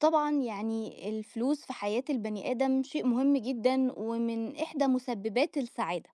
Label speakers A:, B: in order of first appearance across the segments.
A: طبعًا يعني الفلوس في حياة البني آدم شيء مهم جدًا ومن إحدى مسببات السعادة،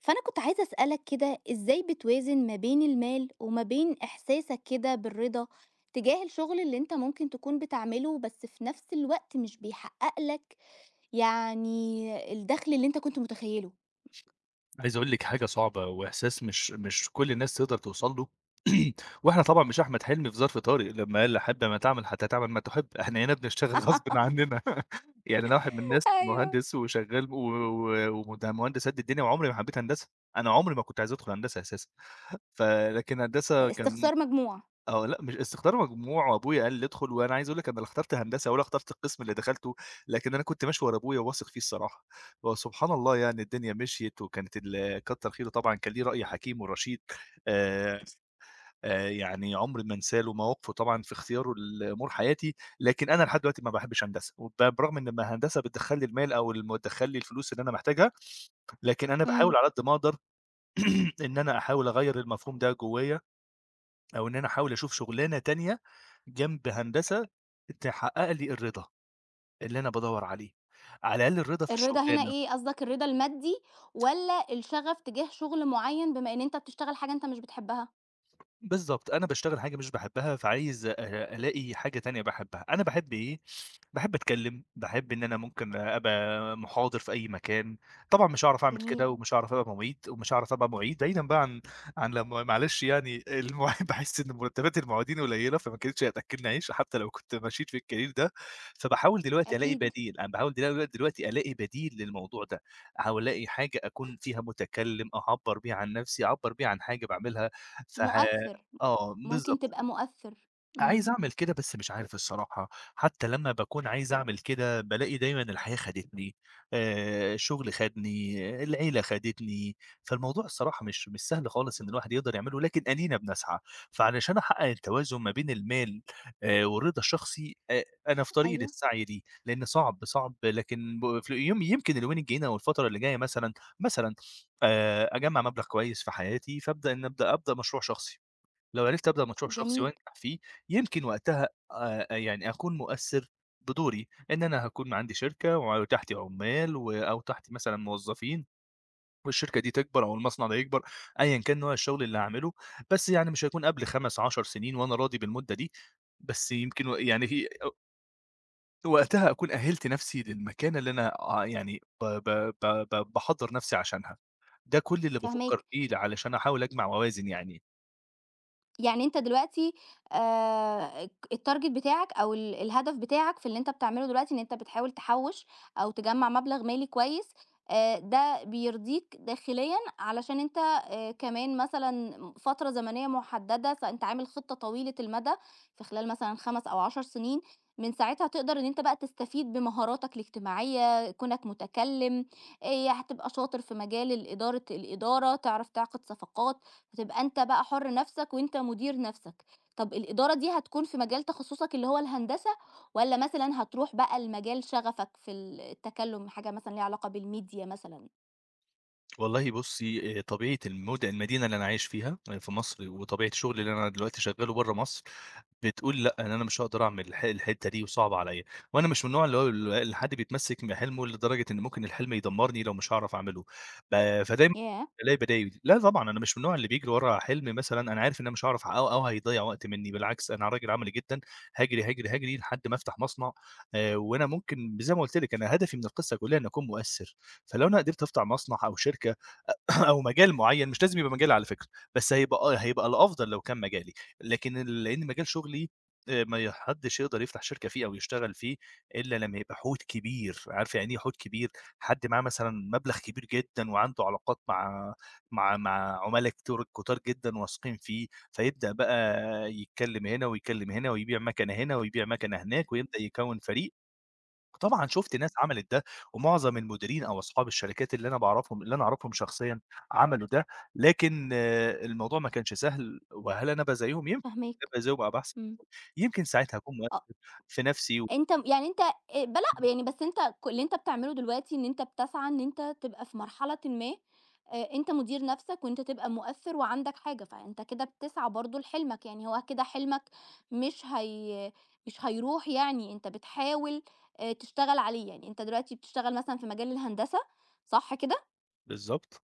A: فأنا كنت عايزة أسألك كده إزاي بتوازن ما بين المال وما بين إحساسك كده بالرضا تجاه الشغل اللي أنت ممكن تكون بتعمله، بس في نفس الوقت مش بيحقق لك يعني الدخل اللي أنت كنت متخيله؟
B: عايز أقول لِك حاجة صعبة، وإحساس مش كل الناس تقدر توصل له. وإحنا طبعًا مش أحمد حلمي في ظرف طارئ لمّا قال: "حَبّ ما تعمل حتى تعمل ما تحب." إحنا هنا بنشتغل غصبٍ عننا. يعني أنا واحد من الناس
A: أيوه.
B: مهندس وشغال و وده مهندس قد الدنيا وعمري ما حبيت هندسة. أنا عمري ما كنت عايز أدخل هندسة أساسًا، فلكن هندسة كان
A: استخسار مجموع،
B: آه، لأ مش استخدار مجموع وأبويا قال لي ادخل، وأنا عايز أقول لك أنا لا اخترت هندسة ولا اخترت القسم اللي دخلته، لكن أنا كنت ماشي ورا أبويا وواثق فيه الصراحة. وسبحان الله يعني الدنيا مشيت وكانت ال كتّر خيره طبعًا كان ليه رأي حكيم ورشيد، آآ، يعني عمري ما انساه له مواقفه طبعًا في اختياره لأمور حياتي. لكن أنا لحد دلوقتي ما باحبش هندسة، وب برغم إن ما هندسة بتدخّل لي المال أو الم بتدخّل لي الفلوس اللي أنا محتاجها، لكن أنا
A: إمم،
B: باحاول على قد ما أقدر إن أنا أحاول أغيّر المفهوم ده جوايا، أو إن أنا أحاول أشوف شُغلانة تانية جنب هندسة تحقق لي الرضا اللي أنا بادوّر عليه، على الأقل الرضا في
A: الرضا هنا
B: الشُغلانة.
A: إيه قصدك الرضا المادي والّا الشغف تجاه شغل معين بما إن أنت بتشتغل حاجة أنت مش بتحبها؟
B: بالضبط، أنا باشتغل حاجة مش باحبها، فعايز أ ألاقي حاجة تانية باحبها. أنا باحب إيه، باحب أتكلّم، باحب إن أنا ممكن أبقى محاضر في أي مكان. طبعًا مش هاعرف أعمل
A: جميل.
B: كده ومش هاعرف أبقى مُعيد ومش هاعرف أبقى مُعيد، بعيدًا بقى عن لمّا معلش يعني المُعيد باحس إن مرتبات المُعيدين قليّلة، فما كانتش هتأكّلني عيش حتى لو كنت مشيت في الcareer ده. فباحاول دلوقتي ألاقي
A: أكيد،
B: بديل، أنا باحاول دلوقتي ألاقي بديل للموضوع ده. أحاول ألاقي حاجة أكون فيها متكلّم، أعبّر بيها عن نَفْسي، أعبّر بيها عن حاجة باعملها، فه
A: مؤثّر،
B: آه،
A: ممكن
B: بالضبط.
A: تبقى مؤثّر،
B: عايز
A: إمم،
B: أعمل كده بس مش عارف الصراحة. حتى لمّا باكون عايز أعمل كده بالاقي دايمًا الحياة خدتني، الشغل خدني، العيلة خدتني. فالموضوع الصراحة مش سهل خالص إن الواحد يقدر يعمله، لكن أدينا بنسعى. فعلشان أحقق التوازن ما بين المال، والرضا الشخصي، أنا في طريقي
A: أيوه،
B: للسعي دي، لإن صعب، صعب، لكن ب في يم يمكن اليومين الجايين أو الفترة اللي جاية مثلًا، مثلًا، أجمّع مبلغ كويس في حياتي، فابدأ إن أبدأ مشروع شخصي. لو عرفت أبدأ مشروع شخصي
A: جميل،
B: وأنجح فيه، يمكن وقتها يعني أكون مؤثّر بدوري، إن أنا هاكون عندي شركة وتحتي عُمّال أو تحتي مثلًا موظّفين والشركة دي تكبر أو المصنع ده يكبر، أيًا كان نوع الشغل اللي هاعمله. بس يعني مش هيكون قبل 5، 10 سنين وأنا راضي بالمدة دي. بس يمكن و يعني في أ وقتها أكون أهِّلت نَفْسي للمكانة اللي أنا آه يعني ب ب ب ب باحضّر نَفْسي عشانها. ده كل اللي بافكّر
A: فاهماك.
B: فيه علشان أحاول أجمع موازن يعني.
A: يعني أنت دلوقتي ك الtarget بتاعك أو الهدف بتاعك في اللي أنت بتعمله دلوقتي إن أنت بتحاول تحوّش أو تجمّع مبلغ مالي كويس، ده بيرضيك داخليًا علشان أنت كمان مثلًا فترة زمنية محددة، فأنت عامل خطة طويلة المدى في خلال مثلًا 5 أو 10 سنين، من ساعتها تقدر إن أنت بقى تستفيد بمهاراتك الاجتماعية، كونك متكلّم، هتبقى شاطر في مجال ال إدارة الإدارة، تعرف تعقد صفقات. هتبقى أنت بقى حُر نَفْسك وأنت مدير نَفْسك. طَب الإدارة دي هتكون في مجال تخصُّصك اللي هو الهندسة والّا مثلًا هتروح بقى لمجال شغفك في التكلُّم، حاجة مثلًا ليها علاقة بالميديا مثلًا؟
B: والله بُصّي، طبيعة المدينة اللي أنا عايش فيها آه، في مصر وطبيعة الشغل اللي أنا دلوقتي شغّاله برّه مصر، بتقول لأ، أنا مش هاقدر أعمل الحتّة دي وصعبة عليّا. وأنا مش من النوع اللي هو اللي حد بيتمسّك بحلمه لدرجة إن ممكن الحلم يدمّرني لو مش هاعرف أعمله، ب فدايمًا
A: ياه!
B: بالاقي بدايل. لا طبعًا أنا مش من النوع اللي بيجري ورا حلم مثلًا أنا عارف إن أنا مش هاعرف أحققه أو هيضيّع وقت منّي، بالعكس أنا راجل عملي جدًا. هاجري، هاجري، هاجري لحد ما أفتح مصنع. وأنا ممكن زي ما قُلت لِك أنا هدفي من القصة كلّها إني أكون مؤثّر. فلو أنا قدرت أفتح مصنع أو شركة أو مجال معيّن مش لازم يبقى مجالي على فكرة، بس هيبقى آه، هيبقى الأفضل لو كان مجالي. لكن ال لإن مجال شغلي ما ي حدّش يقدر يفتح شركة فيه أو يشتغل فيه إلا لمّا يبقى حوت كبير. عارفة يعني إيه حوت كبير؟ حد معاه مثلًا مبلغ كبير جدًا وعنده علاقات مع مع عُملا كتور كتار جدًا واثقين فيه، فيبدأ بقى يتكلّم هنا ويكلّم هنا ويبيع مَكَنة هنا ويبيع مَكَنة هناك ويبدأ يكوّن فريق. طبعًا شُفت ناس عملت ده، ومعظم المديرين أو أصحاب الشركات اللي أنا باعرفهم اللي أنا أعرفهم شخصيًا عملوا ده. لكن الموضوع ما كانش سهل، وهل أنا أبقى زيّهم؟ يمكن
A: فاهماك.
B: أبقى زيّهم أو أحسن.
A: إمم.
B: يمكن ساعتها أكون
A: آه.
B: موفّق في نَفْسي و
A: أنت م يعني أنت ب لأ، يعني بس أنت ك اللي أنت بتعمله دلوقتي إن أنت بتسعى إن أنت تبقى في مرحلةٍ ما أنت مدير نَفْسك وأنت تبقى مؤثِّر وعندك حاجة، فأنت كده بتسعى برضه لحلمك، يعني هو كده حلمك مش هي مش هيروح يعني، أنت بتحاول تشتغل عليه، يعني أنت دلوقتي بتشتغل مثلًا في مجال الهندسة، صح كده؟
B: بالضبط.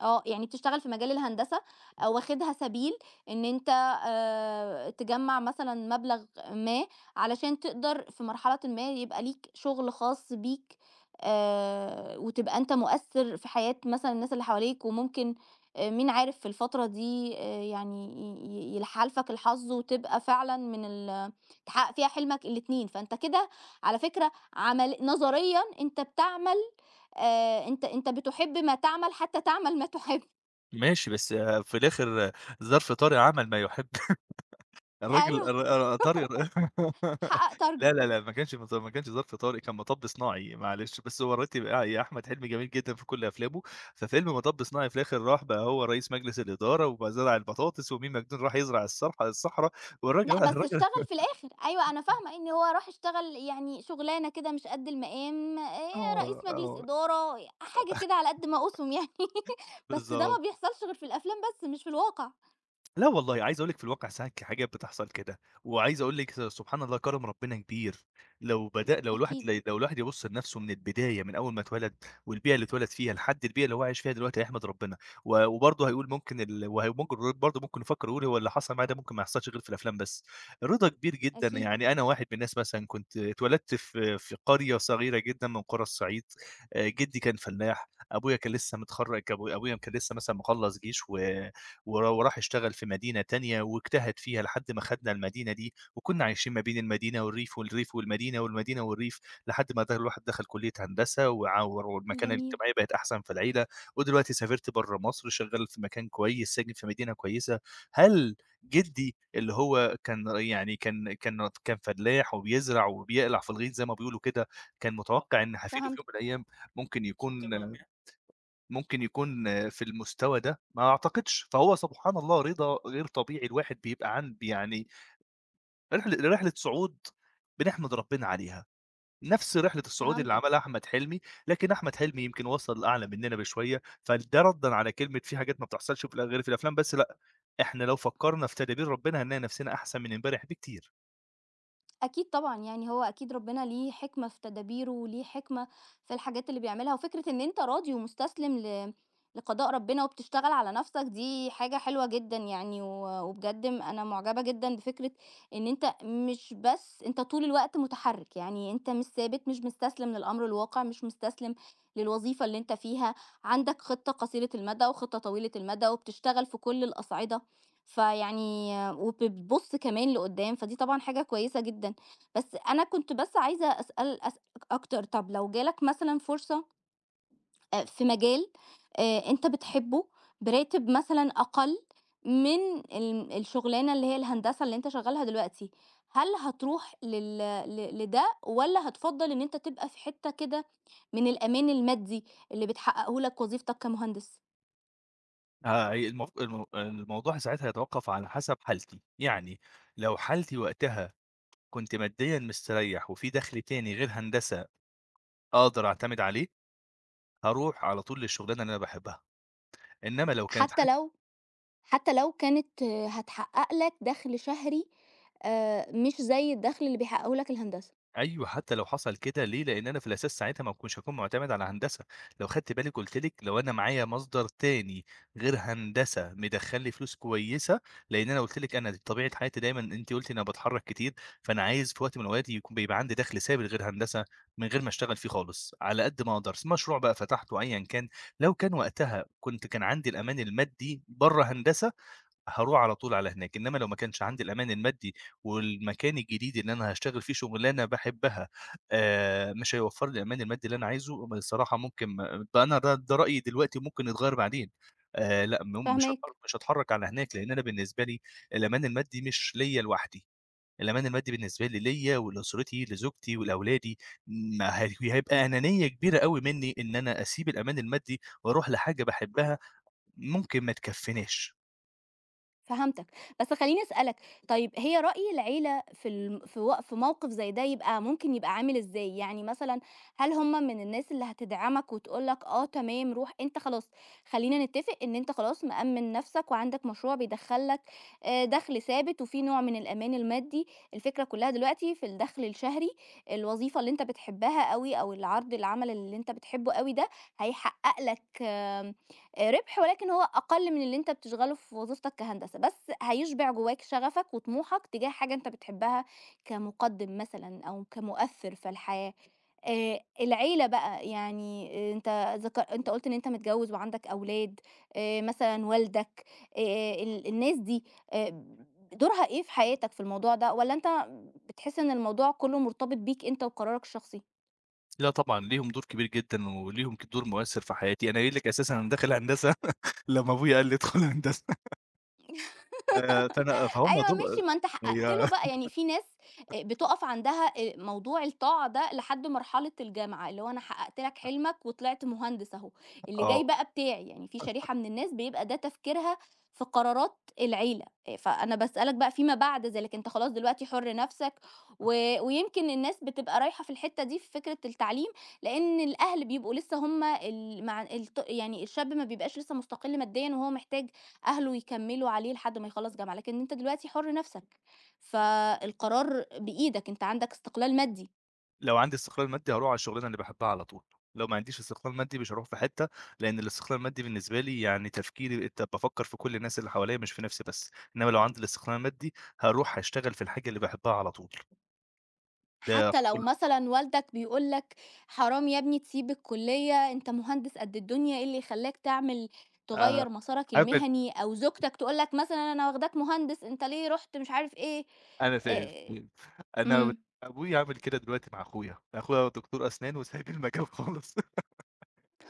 A: آه، يعني بتشتغل في مجال الهندسة واخدها سبيل إن أنت تجمّع مثلًا مبلغ ما علشان تقدر في مرحلةٍ ما يبقى ليك شغل خاص بيك وتبقى أنت مؤثّر في حياة مثلًا الناس اللي حواليك، وممكن مين عارف في الفترة دي يعني ي ي يحالفك الحظ وتبقى فعلًا من تحقق فيها حلمك الاتنين، فأنت كده على فكرة عمل نظريًا أنت بتعمل أنت بتُحب ما تعمل حتى تعمل ما تُحب.
B: ماشي، بس في الآخر ظرف طارئ عمل ما يُحب. الراجل
A: أيوه،
B: الر آه، طارق.
A: حقّق
B: لا،
A: target.
B: لا، لا، ما كانش ما كانش ظرف طارق، كان مطب صناعي معلش. بس هو الراجل بقى يا أحمد حلمي جميل جدًا في كل أفلامه. ففيلم مطب صناعي في الآخر راح بقى هو رئيس مجلس الإدارة، وبقى زرع البطاطس، وميم مجنون راح يزرع الصرح الصحرا. والراجل
A: لأ، بس
B: الراجل
A: اشتغل في الآخر. أيوه، أنا فاهمة إن هو راح اشتغل يعني شُغلانة كده مش قد المقام،
B: آه،
A: رئيس مجلس
B: آه،
A: إدارة، حاجة كده على قد ما أقوسهم يعني بس ده
B: بالضبط.
A: ما بيحصلش غير في الأفلام بس مش في الواقع.
B: لا والله، عايز أقول لِك في الواقع ساعات حاجات بتحصل كده، وعايز أقول لِك سبحان الله كرم ربنا كبير. لو بدأ لو الواحد
A: أكيد،
B: ل لو الواحد يبُص لنفسه من البداية من أول ما اتولد، والبيئة اللي اتولد فيها لحد البيئة اللي هو عايش فيها دلوقتي هيحمد ربنا. و وبرضه هيقول ممكن ال وه ممكن برضه ممكن يفكر يقول هو اللي حصل معايا ده ممكن ما يحصلش غير في الأفلام بس. رضا كبير جدًا
A: أكيد.
B: يعني أنا واحد من الناس مثلًا كنت اتولدت في قرية صغيرة جدًا من قرى الصعيد. جدي كان فلاح، أبويا كان لسه متخرج أبويا كان لسه مثلًا مخلّص جيش و ورا وراح اشتغل في مدينة تانية واجتهد فيها لحد ما خدنا المدينة دي، وكنا عايشين ما بين المدينة والريف، والريف والمدينة، والمدينة والريف، لحد ما الواحد دخل كلية هندسة وع والمكانة
A: جميل.
B: الاجتماعية بقت أحسن في العيلة. ودلوقتي سافرت برّه مصر، شغال في مكان كويس، ساكن في مدينة كويسة. هل جدي اللي هو كان يعني كان فلاح وبيزرع وبيقلع في الغيط زي ما بيقولوا كده، كان آه. متوقع إن هافيده في يوم
A: فهمتك،
B: من الأيام ممكن يكون تمام. ممكن يكون آه، في المستوى ده، ما أعتقدش، فهو سبحان الله رضا غير طبيعي الواحد بيبقى عند يعني رحلة صعود بنحمد ربنا عليها، نفس رحلة الصعود اللي
A: فهمتك.
B: عملها أحمد حلمي. لكن أحمد حلمي يمكن وصل لأعلى مننا بشوية، فده رَدًا على كلمة في حاجات ما بتحصلش في الأ غير في الأفلام بس، لأ، إحنا لو فكرنا في تدابير ربنا هنلاقي نفسنا أحسن من امبارح بكتير.
A: أكيد طبعًا، يعني هو أكيد ربنا ليه حكمة في تدابيره، وليه حكمة في الحاجات اللي بيعملها، وفكرة إن أنت راضي ومستسلم لقضاء ربنا وبتشتغل على نفْسك دي حاجة حلوة جدًا يعني، وبجد أنا معجبة جدًا بفكرة إن أنت مش بس أنت طول الوقت متحرِّك، يعني أنت مش ثابت، مش مستسلم للأمر الواقع، مش مستسلم للوظيفة اللي أنت فيها، عندك خطة قصيرة المدى وخطة طويلة المدى، وبتشتغل في كل الأصعدة، فيعني وبتبُص كمان لقدّام، فدي طبعًا حاجة كويسة جدًا. بس أنا كنت بس عايزة أسألك أكتر، طَب لو جالك مثلًا فرصة في مجال أنت بتحبه براتب مثلًا أقل من الشغلانة اللي هي الهندسة اللي أنت شغّالها دلوقتي، هل هتروح لل ل لده والّا هتفضّل إن أنت تبقى في حتّة كده من الأمان المادي اللي بتحققه لك وظيفتك كمهندس؟
B: المف الم الموضوع ساعتها يتوقف على حسب حالتي، يعني لو حالتي وقتها كنت ماديًا مستريح وفي دخل تاني غير هندسة أقدر أعتمد عليه، هاروح على طول للشغلانة اللي أنا باحبها، إنّما لو كانت
A: حتى لو حتى لو كانت آه، هتحقق لك دخْل شهري مش زي الدخْل اللي بيحققه لك الهندسة.
B: أيوه، حتى لو حصل كده ليه؟ لإن أنا في الأساس ساعتها ما كنتش هاكون معتمد على هندسة، لو خدتِ بالِك قُلت لِك لو أنا معايا مصدر تاني غير هندسة مدخّل لي فلوس كويسة، لإن أنا قُلت لِك أنا طبيعة حياتي دايمًا أنتِ قُلتِ أنا باتحرّك كتير. فأنا عايز في وقت من الأوقات يكون بيبقى عندي دخْل ثابت غير هندسة، من غير ما أشتغل فيه خالص، على قد ما أقدر، مشروع بقى فتحته أيًا كان. لو كان وقتها كنت كان عندي الأمان المادي برّه هندسة هاروح على طول على هناك، إنما لو ما كانش عندي الأمان المادي والمكان الجديد اللي أنا هاشتغل فيه شغلانة باحبها مش هيوفّر لي الأمان المادي اللي أنا عايزه، الصراحة ممكن ما- ده أنا ده ده رأيي دلوقتي ممكن يتغيّر بعدين. لأ م مش هاتحر
A: فاهماك.
B: مش هاتحرّك على هناك، لإن أنا بالنسبة لي الأمان المادي مش ليّا لوحدي، الأمان المادي بالنسبة لي ليّا ولأسرتي، لزوجتي ولأولادي. ما هي هيبقى أنانية كبيرة أوي منّي إن أنا أسيب الأمان المادي وأروح لحاجة باحبها ممكن ما تكفّيناش.
A: فهمتك، بس خلّيني أسألك، طيب هي رأي العيلة في الم في و في موقف زي ده يبقى ممكن يبقى عامل إزاي؟ يعني مثلًا هل هم من الناس اللي هتدعمك وتقول لك آه تمام روح أنت خلاص خلّينا نتّفق إن أنت خلاص مأمِّن نَفْسك وعندك مشروع بيدخّل لك دَخْل ثابت وفي نوع من الأمان المادي، الفكرة كُلّها دلوقتي في الدَخْل الشهري، الوظيفة اللي أنت بتحبها أوي أو العمل اللي أنت بتحبه أوي ده هيحقق لك ربح ولكن هو أقل من اللي أنت بتشغله في وظيفتك كهندسة، بس هيشبع جواك شغفك وطموحك تجاه حاجة أنت بتحبها كمُقدِّم مثلًا أو كمؤثِّر في الحياة. العيلة بقى، يعني آه، أنت قُلت إن أنت متجوّز وعندك أولاد، مثلًا والدك، ال الناس دي آآ دورها إيه في حياتك في الموضوع ده؟ والّا أنت بتحس إن الموضوع كُلّه مرتبط بيك أنت وقرارك الشخصي؟
B: لأ طبعًا، ليهم دور كبير جدًا وليهم دور مؤثّر في حياتي، أنا قايل لِك أساسًا أنا داخل هندسة لمّا أبويا قال لي ادخل هندسة، فأنا آه، فهُم
A: أيوه
B: دول
A: ماشي، ما أنت حققت له
B: أيوه.
A: بقى، يعني في ناس بتُقف عندها موضوع الطاعة ده لحد مرحلة الجامعة، اللي هو أنا حققت لك حلمك وطلعت مهندس أهو، اللي جاي
B: آه،
A: بقى بتاعي، يعني في شريحة من الناس بيبقى ده تفكيرها في قرارات العيلة، فأنا باسألك بقى فيما بعد ذلك، أنت خلاص دلوقتي حُر نَفْسك و ويمكن الناس بتبقى رايحة في الحتّة دي في فكرة التعليم، لأن الأهل بيبقوا لسه هم ال مع الط يعني الشاب ما بيبقاش لسه مستقل ماديًا وهو محتاج أهله يكمّلوا عليه لحد ما يخلّص جامعة، لكن أنت دلوقتي حُر نَفْسك، فالقرار بإيدك، أنت عندك استقلال مادي،
B: لو عندي استقلال مادي هاروح على الشغلانة اللي باحبها على طول، لو ما عنديش استقلال مادي مش هاروح في حتّة، لإن الاستقلال المادي بالنسبة لي يعني تفكيري بقيت بافكّر في كل الناس اللي حواليّا مش في نَفْسي بس. إنّما لو عندي الاستقلال المادي هاروح هاشتغل في الحاجة اللي باحبها على طول. ده
A: حتى لو
B: قول.
A: مثلًا والدك بيقول لك: "حرام يا ابني تسيب الكُلّية، أنت مهندس قد الدنيا، إيه اللي يخلّاك
B: آآ،
A: تغيّر مسارك
B: حابب
A: المهني؟" أو زوجتك تقول لك مثلًا: "أنا واخداك مهندس، أنت ليه رُحت مش عارف إيه."
B: أنا سايب
A: آآ
B: أنا و-
A: إمم.
B: أبويا عامل كده دلوقتي مع أخويا، أخويا دكتور أسنان وسايب المجال خالص.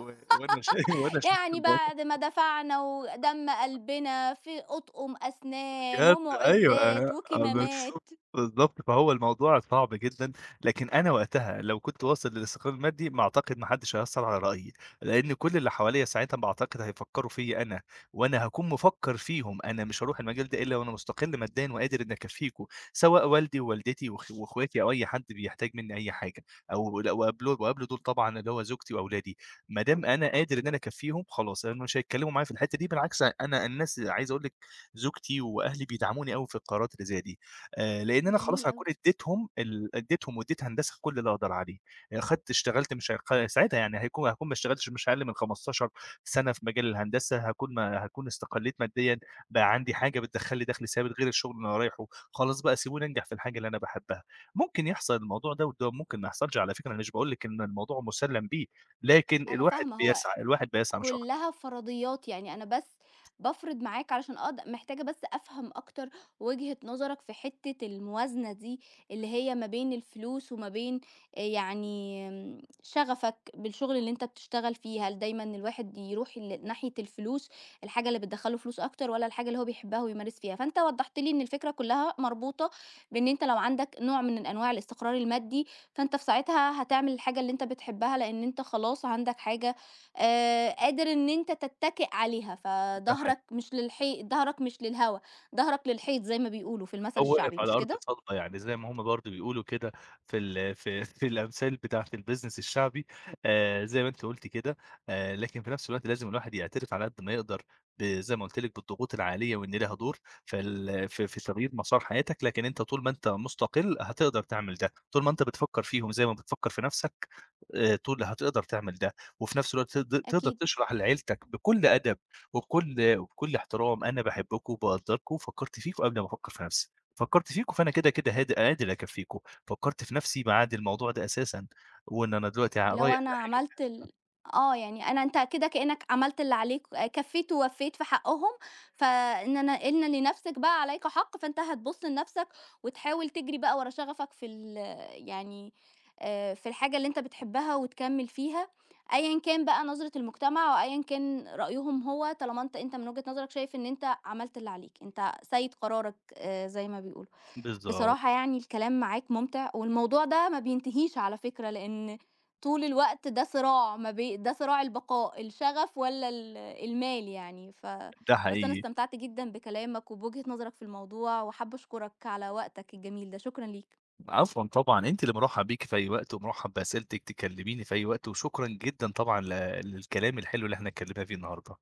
B: و وأنا شايل وأنا شايل
A: يعني
B: الموضوع.
A: بعد ما دفعنا ودَم قلبنا في أطقم أسنان
B: بجد أيوه
A: ومُعدّات
B: آه بالضبط،
A: وكمامات.
B: بالضبط، فهو الموضوع صعب جدًا. لكن أنا وقتها لو كنت واصل للاستقرار المادي ما أعتقد ما حدش هيأثّر على رأيي، لإن كل اللي حواليّا ساعتها ما أعتقد هيفكّروا فيّا أنا، وأنا هاكون مفكّر فيهم. أنا مش هاروح المجال ده إلا وأنا مستقل ماديًا وقادر إني أكفّيكم، سواء والدي ووالدتي وأخ وأخواتي أو أي حد بيحتاج مني أي حاجة، أو ل وقبل وقبل دول طبعًا اللي هو زوجتي وأولادي. ما دام أنا قادر إن أنا أكفّيهم خلاص، هم مش هيتكلّموا معايا في الحتّة دي. بالعكس أنا الناس عايز أقول لِك زوجتي وأهلي بيدعموني أوي في القرارات اللي زي دي، لإن أنا
A: جميل
B: خلاص هاكون
A: أوي.
B: اديتهم واديت هندسة كل اللي أقدر عليه. أخدت اشتغلت مش هق ساعتها يعني هيكون هاكون ما اشتغلتش مش أقل من 15 سنة في مجال الهندسة، هاكون ما هاكون استقليت ماديًا، بقى عندي حاجة بتدخّل لي دخل ثابت غير الشغل اللي أنا رايحه، خلاص بقى سيبوني أنجح في الحاجة اللي أنا باحبها. ممكن يحصل الموضوع ده وده ممكن ما يحصلش على فكرة، أنا مش باقول لِك إن الموضوع مسلّم بيه، لكن
A: أنا
B: الواحد
A: فاهمة، هو
B: بيسعى، الواحد بيسعى مش أكتر.
A: كلّها فرضيات، يعني أنا بس بافرض معاك علشان محتاجة بس أفهم أكتر وجهة نظرك في حتّة الموازنة دي، اللي هي ما بين الفلوس وما بين يعني شغفك بالشغل اللي أنت بتشتغل فيه، هل دايمًا الواحد يروح ناحية الفلوس، الحاجة اللي بتدخّل له فلوس أكتر والّا الحاجة اللي هو بيحبها ويمارس فيها؟ فأنت وضّحت لي إن الفكرة كلّها مربوطة بإن أنت لو عندك نوع من أنواع الاستقرار المادي، فأنت في ساعتها هتعمل الحاجة اللي أنت بتحبها لإن أنت خلاص عندك حاجة قادر إن أنت تتّكئ عليها،
B: ده
A: فضهرك
B: حقيقي.
A: مش للهوا، ضهرك للحيط زي ما بيقولوا في المثل
B: هو واقف
A: الشعبي،
B: على
A: مش
B: أرض
A: كده؟
B: صلبة، يعني زي ما هم برضه بيقولوا كده في ال في في الأمثال بتاعة الbusiness الشعبي، زي ما أنتِ قُلتِ كده. لكن في نفس الوقت لازم الواحد يعترف على قد ما يقدر زي ما قُلت لِك بالضغوط العالية وإن ليها دور في ال في في تغيير مسار حياتك. لكن أنت طول ما أنت مستقل هتقدر تعمل ده، طول ما أنت بتفكّر فيهم زي ما بتفكّر في نفسك، طول هتقدر تعمل ده، وفي نفس الوقت تقدر
A: أكيد.
B: تشرح لعيلتك بكل أدب وبكل احترام، أنا باحبكم وباقدّركم، فكّرت فيكم قبل ما أفكّر في نفسي. فكّرت فيكم، فأنا كده، كده هاد قادر أكفّيكم، فكّرت في نَفْسي باعاد الموضوع ده أساسًا، وإن أنا دلوقتي
A: اللي هو
B: رايح
A: أنا
B: لحاجة
A: عملت ال آه، يعني أنت كده كإنّك عملت اللي عليك كفّيت ووفّيت في حقّهم، فإن أنا إن لنَفْسِك بقى عليك حق، فأنت هتبُص لنَفْسك وتحاول تجري بقى ورا شغفك في يعني في الحاجة اللي أنت بتحبّها وتكمّل فيها، أيًا كان بقى نظرة المجتمع وأيًا كان رأيهم هو، طالما أنت من وجهة نظرك شايف إن أنت عملت اللي عليك، أنت سيد قرارك زي ما بيقولوا.
B: بالضبط،
A: بصراحة يعني الكلام معاك ممتع، والموضوع ده ما بينتهيش على فكرة، لإن طول الوقت ده صراع ما بي ده صراع البقاء، الشغف والّا المال يعني،
B: ده
A: بس أنا
B: حقيقي.
A: استمتعت جدًا بكلامك وبوجهة نظرك في الموضوع، وحابة أشكرك على وقتك الجميل ده، شكرًا ليك.
B: عفوًا طبعًا، أنتِ اللي مرحّب بيكِ في أي وقت، ومرحّب بأسئلتِك، تكلّميني في أي وقت، وشكرًا جدًا طبعًا للكلام الحلو اللي إحنا اتكلّمنا فيه النهارده.